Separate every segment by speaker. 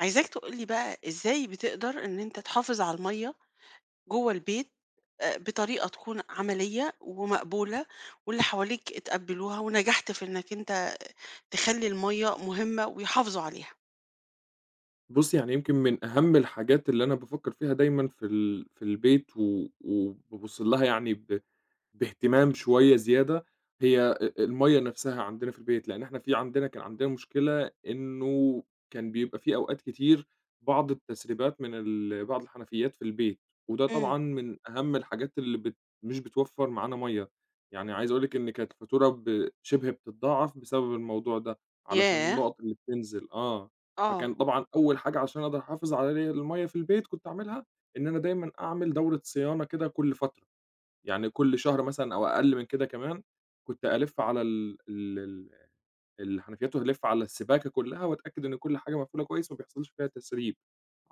Speaker 1: عايزاك تقول لي بقى إزاي بتقدر إن أنت تحافظ على المَيّة جوّه البيت بطريقة تكون عملية ومقبولة، واللي حواليك اتقبّلوها ونجحت في إنّك أنت تخلّي المَيّة مهمة ويحافظوا عليها؟
Speaker 2: بُصّي، يعني يمكن من أهم الحاجات اللي أنا بافكّر فيها دايمًا في البيت و وبابُص لها يعني باهتمام شوية زيادة. هي المَيّة نفْسها عندنا في البيت، لإن إحنا في عندنا كان عندنا مشكلة إنه كان بيبقى في أوقات كتير بعض التسريبات من بعض الحنفيّات في البيت، وده
Speaker 1: إمم.
Speaker 2: طبعًا من أهم الحاجات اللي مش بتوفّر معانا مَيّة، يعني عايز أقول لِك إن كانت الفاتورة شِبه بتتضاعف بسبب الموضوع ده، علشان
Speaker 1: ياه!
Speaker 2: النُقط اللي بتنزل.
Speaker 1: آه.
Speaker 2: فكان طبعًا أول حاجة علشان أقدر أحافظ على المَيّة في البيت كنت أعملها إن أنا دايمًا أعمل دورة صيانة كده كل فترة. يعني كل شهر مثلًا أو أقل من كده كمان، كنت ألِف على ال ال ال الحنفيات وألِف على السباكة كلّها وأتأكد إن كل حاجة مقفولة كويس وما بيحصلش فيها تسريب،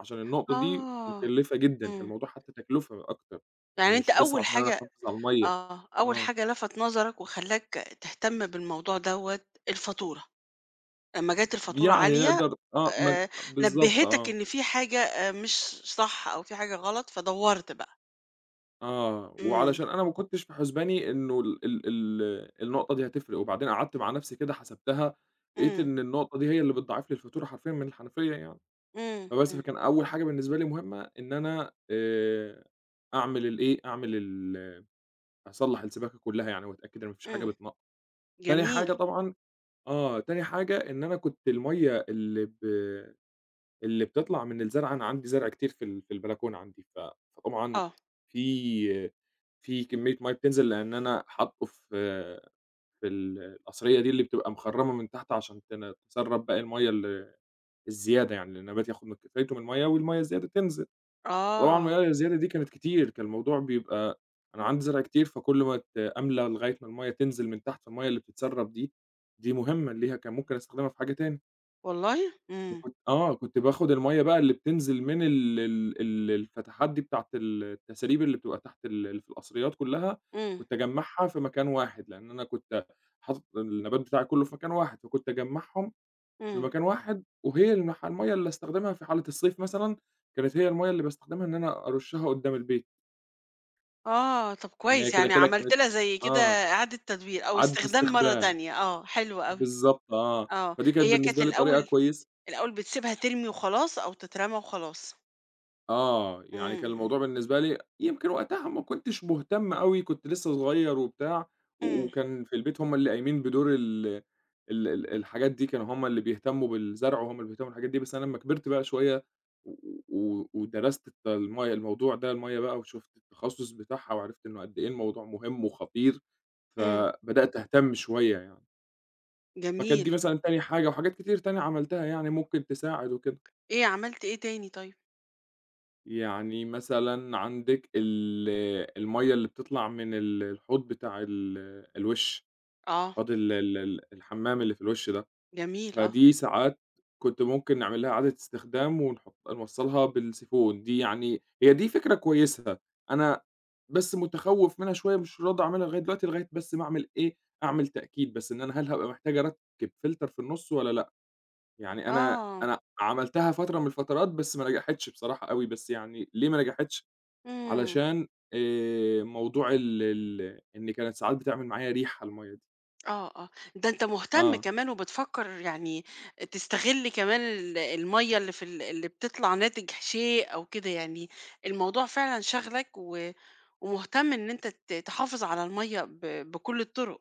Speaker 2: عشان النقطة دي
Speaker 1: آه.
Speaker 2: مكلّفة جدًا، كان
Speaker 1: إمم.
Speaker 2: الموضوع حتى تكلفة أكتر، يعني
Speaker 1: يعني أنت
Speaker 2: مش بس
Speaker 1: أول
Speaker 2: عشان أنا
Speaker 1: حاجة.
Speaker 2: أحافظ على المَيّة.
Speaker 1: آه. أول
Speaker 2: آه،
Speaker 1: حاجة لَفَت نظرك وخلّاك تهتم بالموضوع دوّة الفاتورة. لمّا جات الفاتورة
Speaker 2: يعني
Speaker 1: عالية،
Speaker 2: نقدر آه، مج
Speaker 1: آآ
Speaker 2: بالضبط
Speaker 1: نبهتك
Speaker 2: آه.
Speaker 1: إن في حاجة مش صح أو في حاجة غلط، فدوّرت بقى.
Speaker 2: آه،
Speaker 1: إمم،
Speaker 2: وعلشان أنا ما كنتش في حُسباني إنه ال ال ال النقطة دي هتفرق، وبعدين قعدت مع نفسي كده حسبتها، لقيت
Speaker 1: إمم،
Speaker 2: إن النقطة دي هي اللي بتضاعف لي الفاتورة حرفيًا من الحنفية يعني.
Speaker 1: إمم،
Speaker 2: فبس
Speaker 1: إمم،
Speaker 2: فكان أول حاجة بالنسبة لي مهمة إن أنا أعمل الإيه، أعمل ال أصلّح السباكة كلّها يعني وأتأكد إن ما فيش حاجة
Speaker 1: إمم.
Speaker 2: بتنقّط. تاني حاجة
Speaker 1: جميل.
Speaker 2: طبعًا. آه، تاني حاجة إن أنا كنت المَيّة اللي بتطلع من الزرع، أنا عندي زرع كتير في في البلكونة عندي، فطبعًا
Speaker 1: آه،
Speaker 2: في في كمية مَيّة بتنزل، لإن أنا حاطّه في ال القصرية دي اللي بتبقى مخرّمة من تحت عشان تسرّب باقي المَيّة الزيادة يعني، لإن النبات ياخُد من كفايته من المَيّة والمَيّة الزيادة تنزل. طبعًا
Speaker 1: آه.
Speaker 2: المَيّة الزيادة دي كانت كتير، كان الموضوع بيبقى أنا عندي زرع كتير، فكل ما أملى لغاية ما المَيّة تنزل من تحت، فالمَيّة اللي بتتسرب دي، دي مهمة، ليها كان ممكن أستخدمها في حاجة تاني،
Speaker 1: والله! إمم،
Speaker 2: وكنت آه، كنت باخد المَيّة بقى اللي بتنزل من ال ال ال الفتحات دي بتاعة التساريب اللي بتبقى تحت اللي في القصريات كلّها،
Speaker 1: إمم،
Speaker 2: كنت أجمّعها في مكان واحد، لإن أنا كنت حاطط النبات بتاعي كلّه في مكان واحد، فكنت أجمّعهم في
Speaker 1: إمم.
Speaker 2: مكان واحد، وهي المَيّة اللي أستخدمها في حالة الصيف مثلًا، كانت هي المَيّة اللي باستخدمها إن أنا أرُشّها قدّام البيت.
Speaker 1: آه، طب
Speaker 2: إن هي
Speaker 1: كويس،
Speaker 2: كده،
Speaker 1: يعني
Speaker 2: كده
Speaker 1: عملت
Speaker 2: كانت.
Speaker 1: لها زي كده
Speaker 2: آه،
Speaker 1: إعادة تدوير أو
Speaker 2: عدَّت
Speaker 1: استخدام مرّة
Speaker 2: استخدام،
Speaker 1: تانية، آه، حلو أوي.
Speaker 2: بالضبط آه،
Speaker 1: آه،
Speaker 2: فدي كانت
Speaker 1: هي كانت
Speaker 2: بالنسبة لي طريقة
Speaker 1: الأول.
Speaker 2: كويسة.
Speaker 1: الأول بتسيبها ترمي وخلاص أو تترمى وخلاص.
Speaker 2: آه، يعني كان
Speaker 1: إمم، إمم،
Speaker 2: الموضوع بالنسبة لي يمكن وقتها ما كنتش مهتم أوي، كنت لسه صغير وبتاع، و
Speaker 1: إمم،
Speaker 2: وكان في البيت هم اللي قايمين بدور ال ال ال الحاجات دي، كانوا هم اللي بيهتموا بالزرع وهم اللي بيهتموا بالحاجات دي، بس أنا لمّا كبرت بقى شوية و و ودرست الت الم الموضوع ده، المَيّة بقى، وشُفت التخصُّص بتاعها وعرفت إنه قد إيه الموضوع مهم وخطير،
Speaker 1: إمم.
Speaker 2: فبدأت أهتم شوية يعني. فكانت
Speaker 1: جميل.
Speaker 2: دي مثلًا تاني حاجة، وحاجات كتير تانية عملتها يعني ممكن تساعد وكده،
Speaker 1: إيه عملت إيه تاني طيب؟
Speaker 2: يعني مثلًا عندِك المَيّة اللي بتطلع من الحوض بتاع الوِش،
Speaker 1: آه،
Speaker 2: حوض ال ال ال الحمام اللي في الوِش ده،
Speaker 1: جميل، آه،
Speaker 2: فدي ساعات كنت ممكن نعمل لها إعادة استخدام ونحط نوصّلها بالسيفون، دي يعني هي دي فكرة كويسة، أنا بس متخوّف منها شوية مش راضي أعملها لغاية دلوقتي، لغاية بس ما أعمل إيه، أعمل تأكيد بس إن أنا هابقى محتاج أركّب فلتر في النُص والّا لأ؟ يعني أنا
Speaker 1: آه.
Speaker 2: أنا عملتها فترة من الفترات، بس ما نجحتش بصراحة أوي، بس يعني ليه ما نجحتش،
Speaker 1: إمم.
Speaker 2: علشان موضوع ال ال إن كانت ساعات بتعمل معايا ريحة المَيّة دي.
Speaker 1: آه، آه. ده أنت مهتم
Speaker 2: آه،
Speaker 1: كمان وبتفكّر يعني تستغل كمان المَيّة اللي في اللي بتطلع ناتج شيء أو كده يعني. الموضوع فعلًا شاغلك و ومهتم إن أنت تحافظ على المَيّة ب بكل الطُرق.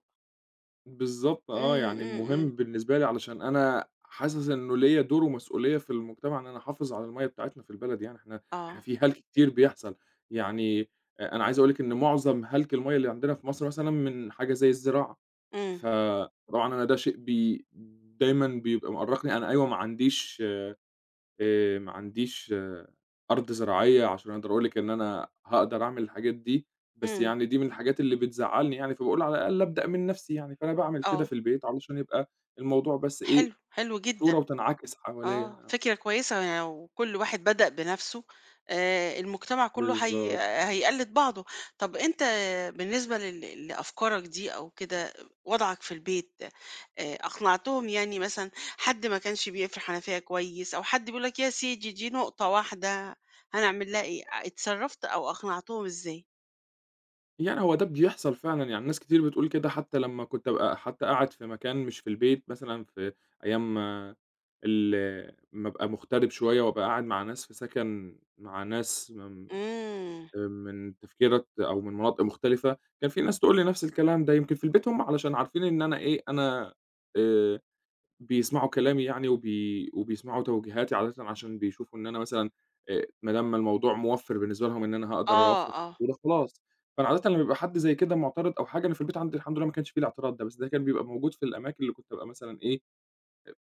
Speaker 2: بالضبط
Speaker 1: إمم،
Speaker 2: آه، يعني
Speaker 1: إمم،
Speaker 2: مهم
Speaker 1: إمم.
Speaker 2: بالنسبة لي علشان أنا حاسس إنه ليّا دور ومسؤولية في المجتمع إن أنا أحافظ على المَيّة بتاعتنا في البلد يعني. إحنا
Speaker 1: آه.
Speaker 2: في هَلْك كتير بيحصل، يعني أنا عايز أقول لِك إن معظم هَلْك المَيّة اللي عندنا في مصر مثلًا من حاجة زي الزراعة.
Speaker 1: إمم،
Speaker 2: فطبعًا أنا ده شيء دايمًا بيبقى مأرّقني، أنا أيوه، ما عنديش أرض زراعية عشان أقدر أقول لِك إن أنا هاقدر أعمل الحاجات دي، بس
Speaker 1: إمم.
Speaker 2: يعني دي من الحاجات اللي بتزعّلني يعني، فباقول على الأقل أبدأ من نَفْسي يعني، فأنا باعمل كده
Speaker 1: آه.
Speaker 2: في البيت علشان يبقى الموضوع بس إيه،
Speaker 1: حلو، حلو
Speaker 2: صورة
Speaker 1: جدًا.
Speaker 2: وتنعكس
Speaker 1: آه،
Speaker 2: حواليّا.
Speaker 1: فكرة كويسة يعني لو كل واحد بدأ بنفسه، آه، المجتمع كله هي.
Speaker 2: بالضبط.
Speaker 1: هيقلد بعضه. طب انت بالنسبة لأفكارك دي او كده، وضعك في البيت، آه، اقنعتهم يعني مثلا حد ما كانش بيقفل حنفية كويس او حد بيقول لك يا سيدي دي نقطة واحدة هنعمل لها ايه، اتصرفت او اقنعتهم ازاي؟
Speaker 2: يعني هو ده بيحصل فعلًا، يعني ناس كتير بتقول كده، حتى لمّا كنت أبقى حتى قاعد في مكان مش في البيت مثلًا، في أيام ال أمّا أبقى مغترب شوية وأبقى قاعد مع ناس في سكن، مع ناس
Speaker 1: امم.
Speaker 2: من تفكيرات أو من مناطق مختلفة، كان في ناس تقول لي نفس الكلام ده، يمكن في البيت هم علشان عارفين إن أنا إيه، أنا آآ بيسمعوا كلامي يعني وبيسمعوا توجيهاتي عادةً، عشان بيشوفوا إن أنا مثلًا ما دام الموضوع موفّر بالنسبة لهم إن أنا هاقدر
Speaker 1: اه.
Speaker 2: أوفّر في
Speaker 1: اه.
Speaker 2: الفاتورة خلاص. فأنا عادةً لمّا بيبقى حد زي كده معترض أو حاجة، أنا في البيت عندي الحمد لله ما كانش في الاعتراض ده، بس ده كان بيبقى موجود في الأماكن اللي كنت أبقى مثلًا إيه،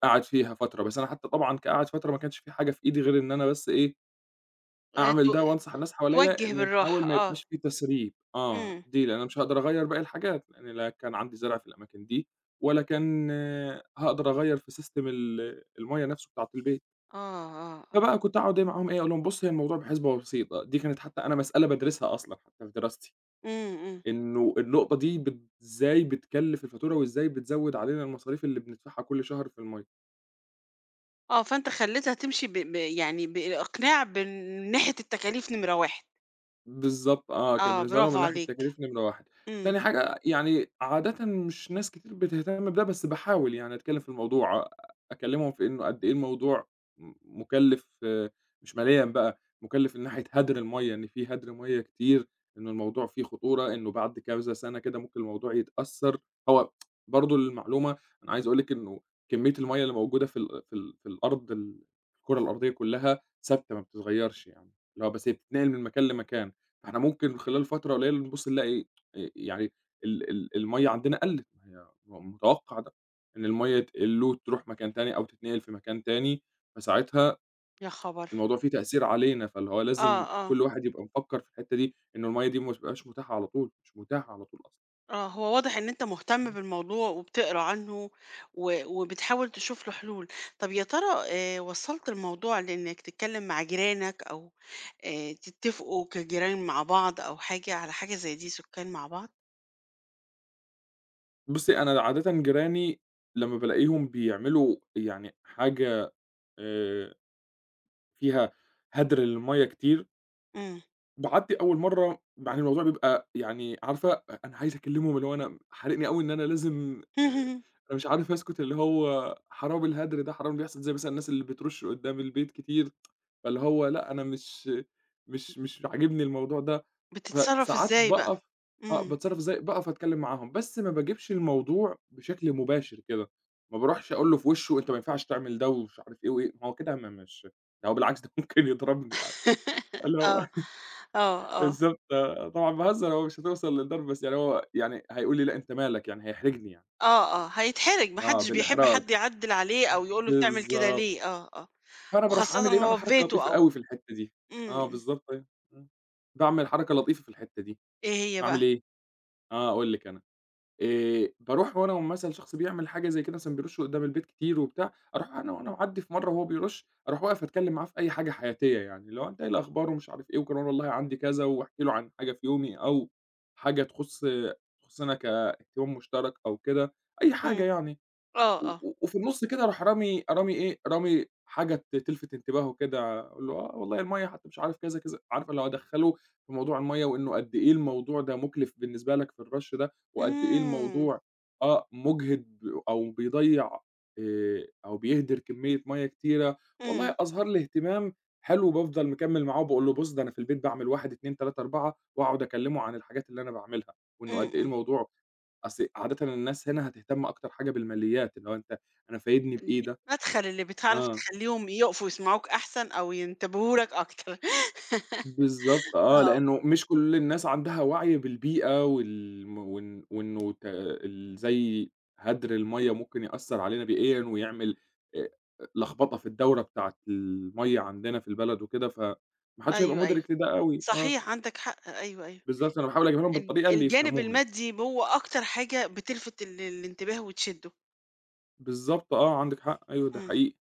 Speaker 2: قعد فيها فترة، بس أنا حتى طبعًا كقعد فترة ما كانش في حاجة في إيدي غير إن أنا بس إيه، أعمل ده
Speaker 1: تو-
Speaker 2: وأنصح الناس حواليّا
Speaker 1: توجه
Speaker 2: إن نحاول
Speaker 1: بالراحة،
Speaker 2: ما
Speaker 1: اه.
Speaker 2: يبقاش في تسريب، آه،
Speaker 1: امم.
Speaker 2: دي لأن أنا مش هاقدر أغيّر باقي الحاجات، لأن لا كان عندي زرع في الأماكن دي، ولا كان هاقدر أغيّر في سيستم المَيّة نفسه بتاعة البيت،
Speaker 1: اه. اه. اه.
Speaker 2: فبقى كنت أقعد إيه معاهم إيه، أقول لهم بُصّ، هي الموضوع بحسبة بسيطة، دي كانت حتى أنا مسألة بادرسها أصلًا حتى في دراستي،
Speaker 1: امم،
Speaker 2: إنه النقطة دي إزاي بتكلِّف الفاتورة وإزاي بتزوِّد علينا المصاريف اللي بندفعها كل شهر في المَيّة.
Speaker 1: آه، فأنت خلّيتها تمشي ب ب يعني بالإقناع من ناحية التكاليف نمرة 1.
Speaker 2: بالضبط آه، كان
Speaker 1: آه،
Speaker 2: بالنسبة لهم
Speaker 1: برافو
Speaker 2: من ناحية
Speaker 1: عليك.
Speaker 2: التكاليف نمرة 1،
Speaker 1: إمم.
Speaker 2: تاني حاجة يعني عادةً مش ناس كتير بتهتم بده، بس باحاول يعني أتكلّم في الموضوع، أكلّمهم في إنه قد إيه الموضوع م مُكلِّف آه، مش ماليًا بقى، مُكلِّف من ناحية هدر المَيّة، إن في هدر مَيّة كتير، إنه الموضوع فيه خطورة، إنه بعد كذا سَنة كده ممكن الموضوع يتأثّر، هو برضه للمعلومة أنا عايز أقول لِك إنه كمية المَيّة اللي موجودة في ال في ال في الأرض ال الكرة الأرضية كُلّها ثابتة ما بتتغيّرش يعني، اللي هو بس هي بتتنقل من مكان لمكان. فإحنا ممكن خلال فترة قليلة نبُص نلاقي يعني ال ال المَيّة عندنا قَلِّت، ما هي متوقّع ده، إن المَيّة تقِل وتروح مكان تاني أو تتنقل في مكان تاني، فساعتها
Speaker 1: يا خبر!
Speaker 2: الموضوع فيه تأثير علينا، فاللي هو
Speaker 1: آه،
Speaker 2: لازم
Speaker 1: آه،
Speaker 2: كل واحد يبقى مفكّر في الحتّة دي، إنه المَيّة دي ما بتبقاش متاحة على طول، مش متاحة على طول أصلًا.
Speaker 1: آه، هو واضح إن أنت مهتم بالموضوع وبتقرا عنه و وبتحاول تشوف له حلول. طب يا ترى وصّلت الموضوع لإنك تتكلم مع جيرانك أو تتفقوا كجيران مع بعض أو حاجة على حاجة زي دي، سُكّان مع بعض؟
Speaker 2: بُصّي، أنا عادةً جيراني لمّا بالاقيهم بيعملوا يعني حاجة آآ فيها هَدْر للمَيّة كتير،
Speaker 1: إمم.
Speaker 2: باعت لي أول مرّة يعني الموضوع بيبقى يعني عارفة، أنا عايز أكلّمهم، اللي هو أنا حارقني أوي إن أنا لازم أنا مش عارف أسكت، اللي هو حرام الهدر ده، حرام اللي بيحصل، زي مثلًا الناس اللي بترُش قدّام البيت كتير، فاللي هو لأ، أنا مش عاجبني الموضوع ده،
Speaker 1: بتتصرّف
Speaker 2: فساعات
Speaker 1: إزاي بقى؟
Speaker 2: باقف. آه،
Speaker 1: إمم.
Speaker 2: باتصرّف إزاي، باقف أتكلّم معاهم، بس ما باجيبش الموضوع بشكل مباشر كده، ما باروحش أقول له في وِشّه أنت ما ينفعش تعمل ده ومش عارف إيه وإيه، ما هو كده ما مش، ده هو بالعكس ده ممكن يضربني يعني، فاللي هو
Speaker 1: آه، آه، آه.
Speaker 2: بالضبط آه، طبعًا باهزر، هو مش هتوصل للضرب، بس يعني هو يعني هيقول لي لأ أنت مالك يعني، هيحرجني يعني،
Speaker 1: آه، آه، هيتحرج، ما
Speaker 2: آه
Speaker 1: حدش بيحب
Speaker 2: بالإحراج،
Speaker 1: حد يعدّل عليه أو يقول له بتعمل كده
Speaker 2: بالضبط،
Speaker 1: ليه، آه، آه،
Speaker 2: فأنا باروح
Speaker 1: وخاصةً
Speaker 2: عامل إيه، باعمل
Speaker 1: هو في
Speaker 2: حركة
Speaker 1: بيته
Speaker 2: لطيفة
Speaker 1: أو.
Speaker 2: أوي في الحتّة دي،
Speaker 1: إمم، إمم،
Speaker 2: آه
Speaker 1: إمم.
Speaker 2: بالضبط أيوه، إمم، باعمل حركة لطيفة في الحتّة دي،
Speaker 1: إيه هي بقى؟
Speaker 2: باعمل إيه، آه أقول لِك أنا، باروح وأنا مثلًا، شخص بيعمل حاجة زي كده، مثلًا بيرُش قدّام البيت كتير وبتاع، أروح أنا وأنا معدّي في مرّة وهو بيرُش، أروح واقف أتكلّم معاه في أي حاجة حياتية يعني، اللي هو أنت إيه الأخبار ومش عارف إيه، وكمان والله عندي كذا، واحكي له عن حاجة في يومي أو حاجة تخُصّنا كاهتمام مشترك أو كده، أي حاجة
Speaker 1: إمم،
Speaker 2: يعني.
Speaker 1: آه،
Speaker 2: و
Speaker 1: آه،
Speaker 2: و وفي النُص كده أروح رامي، رامي إيه، رامي حاجة تلفت انتباهه كده، أقول له: "آه والله المَيّة حتى مش عارف كذا، كذا." عارفة، اللي هو أدخّله في موضوع المَيّة، وإنه قد إيه الموضوع ده مُكلِف بالنسبة لك في الrush ده، وقد إيه
Speaker 1: إمم،
Speaker 2: الموضوع آه، مُجهِد أو بيضيّع أو بيهدِر كمية مَيّة كتيرة.
Speaker 1: إمم،
Speaker 2: والله أظهر لي اهتمام حلو، بافضل مكمّل معاه وباقول له: "بُص، ده أنا في البيت باعمل 1، 2، 3، 4." وأقعد أكلّمه عن الحاجات اللي أنا باعملها، وإنه
Speaker 1: إمم،
Speaker 2: قد إيه
Speaker 1: إمم.
Speaker 2: الموضوع، أصل عادةً الناس هنا هتهتم أكتر حاجة بالماليات، اللي هو أنت أنا فايدني بإيه
Speaker 1: دي
Speaker 2: ده؟
Speaker 1: المدخل اللي بتعرف
Speaker 2: آه،
Speaker 1: تخلّيهم يقفوا يسمعوك أحسن أو ينتبهوا لك أكتر.
Speaker 2: بالضبط آه،
Speaker 1: آه،
Speaker 2: لإنه مش كل الناس عندها وعي بالبيئة والم وإن وإنه ت ال زي هدر المَيّة ممكن يأثّر علينا بيئيًا ويعمل آآ، لخبطة في الدورة بتاعة المَيّة عندنا في البلد وكده، فما حدش هيبقى
Speaker 1: أيوه، أيوه،
Speaker 2: مُدرك لده أوي، آه،
Speaker 1: صحيح عندك حق، أيوه، أيوه،
Speaker 2: بالضبط، أنا باحاول أجيبها لهم بالطريقة اللي
Speaker 1: الجانب
Speaker 2: يفهموها يعني.
Speaker 1: المادي هو أكتر حاجة بتلفت الانتباه وتشدّه.
Speaker 2: بالضبط آه، عندِك حق، أيوه ده
Speaker 1: إمم.
Speaker 2: حقيقي.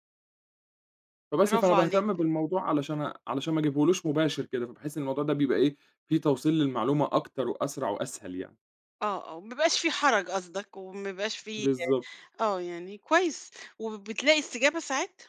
Speaker 2: فبس، فأنا
Speaker 1: برافو
Speaker 2: باهتم
Speaker 1: عليك.
Speaker 2: بالموضوع علشان ما اجيبهولوش مباشر كده، فباحس إن الموضوع ده بيبقى إيه، فيه توصيل للمعلومة أكتر وأسرع وأسهل يعني.
Speaker 1: آه، آه، وما بيبقاش في حرج قصدك، وما بيبقاش في.
Speaker 2: بالضبط.
Speaker 1: آه، يعني كويس، وبتلاقي استجابة ساعات؟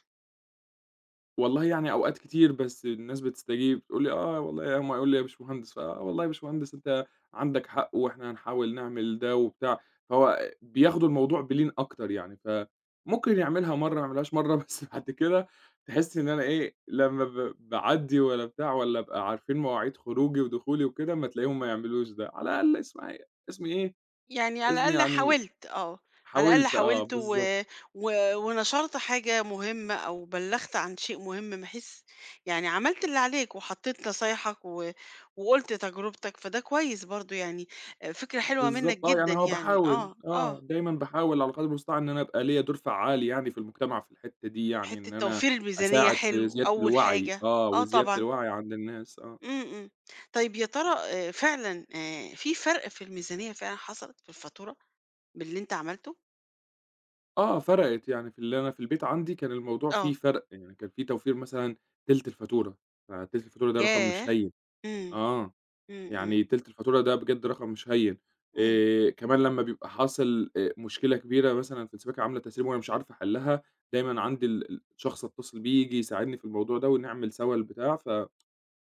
Speaker 2: والله يعني أوقات كتير بس الناس بتستجيب، تقول لي: "آه والله" هم يقولوا لي: "يا باشمهندس"، "فآه والله يا باشمهندس أنت عندك حق وإحنا هنحاول نعمل ده" وبتاع، فهو بياخدوا الموضوع بلين أكتر يعني، فممكن يعملها مرّة ما يعملهاش مرّة بس بعد كده تحس إن أنا إيه، لمّا باعدّي والّا بتاع والّا أبقى عارفين مواعيد خروجي ودخولي وكده، أمّا تلاقيهم ما يعملوش ده، على الأقل اسمعي اسمي إيه،
Speaker 1: يعني على
Speaker 2: اسمي
Speaker 1: الأقل
Speaker 2: يعني
Speaker 1: حاولت، آه، على الأقل
Speaker 2: حاولت، آه
Speaker 1: حاولت و
Speaker 2: بالضبط.
Speaker 1: و ونشرت حاجة مهمة أو بلّغت عن شيء مهم، بحيث يعني عملت اللي عليك وحطيت نصايحك و وقُلت تجربتك، فده كويس برضه يعني، فكرة حلوة منّك
Speaker 2: بالضبط آه،
Speaker 1: جدًا
Speaker 2: يعني هو
Speaker 1: يعني،
Speaker 2: باحاول
Speaker 1: آه، آه.
Speaker 2: آه، دايمًا باحاول على قدر المستطاع إن أنا أبقى ليّا دور فعّال يعني في المجتمع في الحتّة دي يعني،
Speaker 1: حتّة
Speaker 2: إن أنا
Speaker 1: توفير الميزانية
Speaker 2: أساعد في
Speaker 1: حلو
Speaker 2: زيادة
Speaker 1: أول
Speaker 2: الوعي
Speaker 1: حاجة.
Speaker 2: آه،
Speaker 1: آه
Speaker 2: وزيادة
Speaker 1: طبعًا.
Speaker 2: الوعي عند الناس آه.
Speaker 1: إمم، إمم. طيب يا ترى فعلًا في فرق في الميزانية فعلًا حصلت في الفاتورة باللي أنت عملته؟
Speaker 2: آه، فرقِت يعني في اللي أنا في البيت عندي، كان الموضوع فيه
Speaker 1: آه،
Speaker 2: فرق، يعني كان في توفير مثلًا تِلت الفاتورة، فتِلت الفاتورة ده رقم مش
Speaker 1: ياه!
Speaker 2: هين،
Speaker 1: إمم،
Speaker 2: آه.
Speaker 1: إمم، إمم،
Speaker 2: يعني تِلت الفاتورة ده بجد رقم مش هين،
Speaker 1: إمم.
Speaker 2: كمان لمّا بيبقى حاصل مشكلة كبيرة مثلًا في السباكة عاملة تسريب وأنا مش عارف أحلّها، دايمًا عندي الشخص أتصل بيه ييجي يساعدني في الموضوع ده ونعمل سوا البتاع،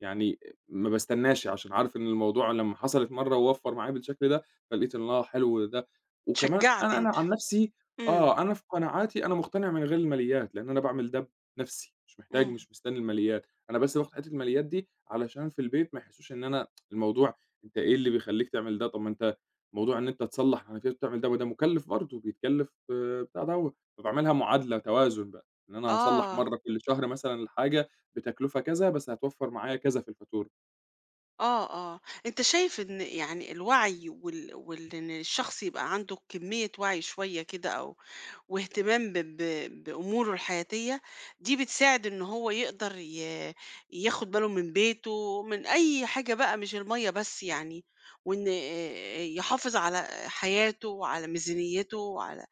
Speaker 2: يعني ما باستناش، عشان عارف إن الموضوع لمّا حصلت مرّة ووفّر معايا بالشكل ده، فلقيت إن آه حلو ده، وكمان
Speaker 1: اتشجّعت
Speaker 2: أنا
Speaker 1: أنت.
Speaker 2: عن نفسي
Speaker 1: إمم،
Speaker 2: آه، أنا في قناعاتي أنا مقتنع من غير الماليات، لإن أنا باعمل ده بنفسي، مش محتاج،
Speaker 1: إمم.
Speaker 2: مش مستني الماليات، أنا بس باخد حتّة الماليات دي علشان في البيت ما يحسّوش إن أنا الموضوع أنت إيه اللي بيخلّيك تعمل ده، طب ما أنت موضوع إن أنت تصلّح على كده وتعمل ده، ما ده مكلّف برضه، بيتكلّف آه، بتاع دوّة، فباعملها معادلة توازن بقى، إن أنا هاصلّح
Speaker 1: آه،
Speaker 2: مرّة كل شهر مثلًا الحاجة بتكلفة كذا، بس هتوفّر معايا كذا في الفاتورة.
Speaker 1: آه، آه، أنت شايف إن يعني الوعي وال وال إن الشخص يبقى عنده كمية وعي شوية كده أو واهتمام ب ب بأموره الحياتية، دي بتساعد إن هو يقدر ياخد باله من بيته، من أي حاجة بقى مش المَيّة بس يعني، وإن يحافظ على حياته وعلى ميزانيته وعلى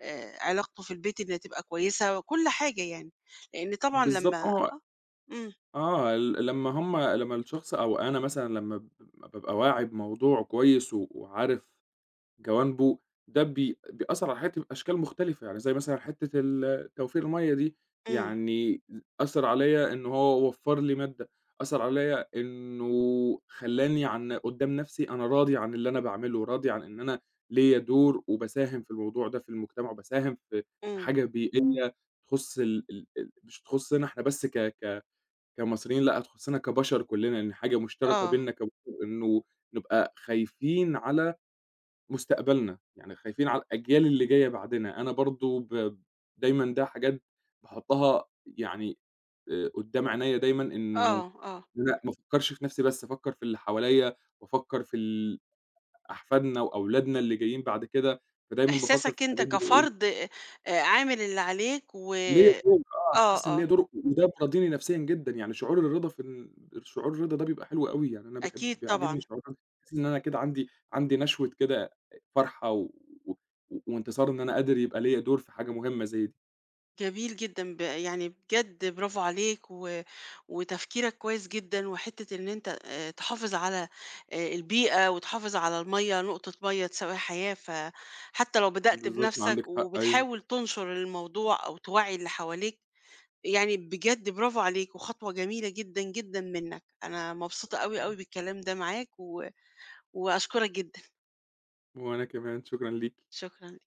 Speaker 1: علاقته في البيت إن تبقى كويسة، كل حاجة يعني، لإن طبعًا
Speaker 2: بالضبط
Speaker 1: لمّا.
Speaker 2: آه،
Speaker 1: إمم،
Speaker 2: آه، لمّا هُم، لمّا الشخص أو أنا مثلًا لمّا بابقى واعي بموضوع كويس وعارف جوانبه، ده بيأثّر على حياتي بأشكال مختلفة، يعني زي مثلًا حتّة توفير المَيّة دي،
Speaker 1: إمم،
Speaker 2: يعني أثّر عليّا إن هو وفّر لي مادة، أثّر عليّا إنه خلّاني عن قدّام نَفْسي أنا راضي عن اللي أنا باعمله، راضي عن إن أنا ليّا دور وباساهم في الموضوع ده في المجتمع، وباساهم في
Speaker 1: إمم،
Speaker 2: حاجة بيئية تخُص ال ال ال مش تخُصّنا إحنا بس ك ك كمصريين، لأ، تخُصّنا كبشر كُلّنا، إن حاجة مشتركة
Speaker 1: آه،
Speaker 2: بيننا كبشر إنه نبقى خايفين على مستقبلنا، يعني خايفين على الأجيال اللي جاية بعدنا، أنا برضه دايمًا ده حاجات باحطها يعني قدّام عينيّا دايمًا، إنه
Speaker 1: آه، آه.
Speaker 2: لأ ما افكّرش في نفسي بس، أفكّر في اللي حواليّا، وافكّر في أحفادنا وأولادنا اللي جايين بعد كده، فدايمًا بافكّر في
Speaker 1: إحساسك أنت
Speaker 2: الحاجات دي باقول
Speaker 1: كفرد عامل اللي عليك و.
Speaker 2: ليه دور آه، حاسس إن
Speaker 1: آه،
Speaker 2: ليّا
Speaker 1: آه،
Speaker 2: دور وده بيرضيني نفسيًا جدًا، يعني شعور الرضا ده بيبقى حلو أوي، يعني أنا باحب
Speaker 1: أكيد طبعًا.
Speaker 2: بيعجبني شعور الرضا، باحس إن أنا كده عندي نشوة كده، فرحة و و وانتصار إن أنا قادر يبقى ليّا دور في حاجة مهمة زي دي.
Speaker 1: جميل جدًا، يعني بجد برافو عليك و وتفكيرك كويس جدًا، وحتة إن أنت تحافظ على البيئة وتحافظ على المَيّة، نقطة مَيّة تساوي حياة، فحتى لو بدأت
Speaker 2: بالضبط،
Speaker 1: بنفسك
Speaker 2: عندِك حق أيوه،
Speaker 1: وبتحاول تنشر الموضوع أو توعّي اللي حواليك، يعني بجد برافو عليك وخطوة جميلة جدًا، جدًا منّك، أنا مبسوطة أوي، أوي بالكلام ده معاك و وأشكرك جدًا.
Speaker 2: وأنا كمان شكرًا ليكِ.
Speaker 1: شكرًا.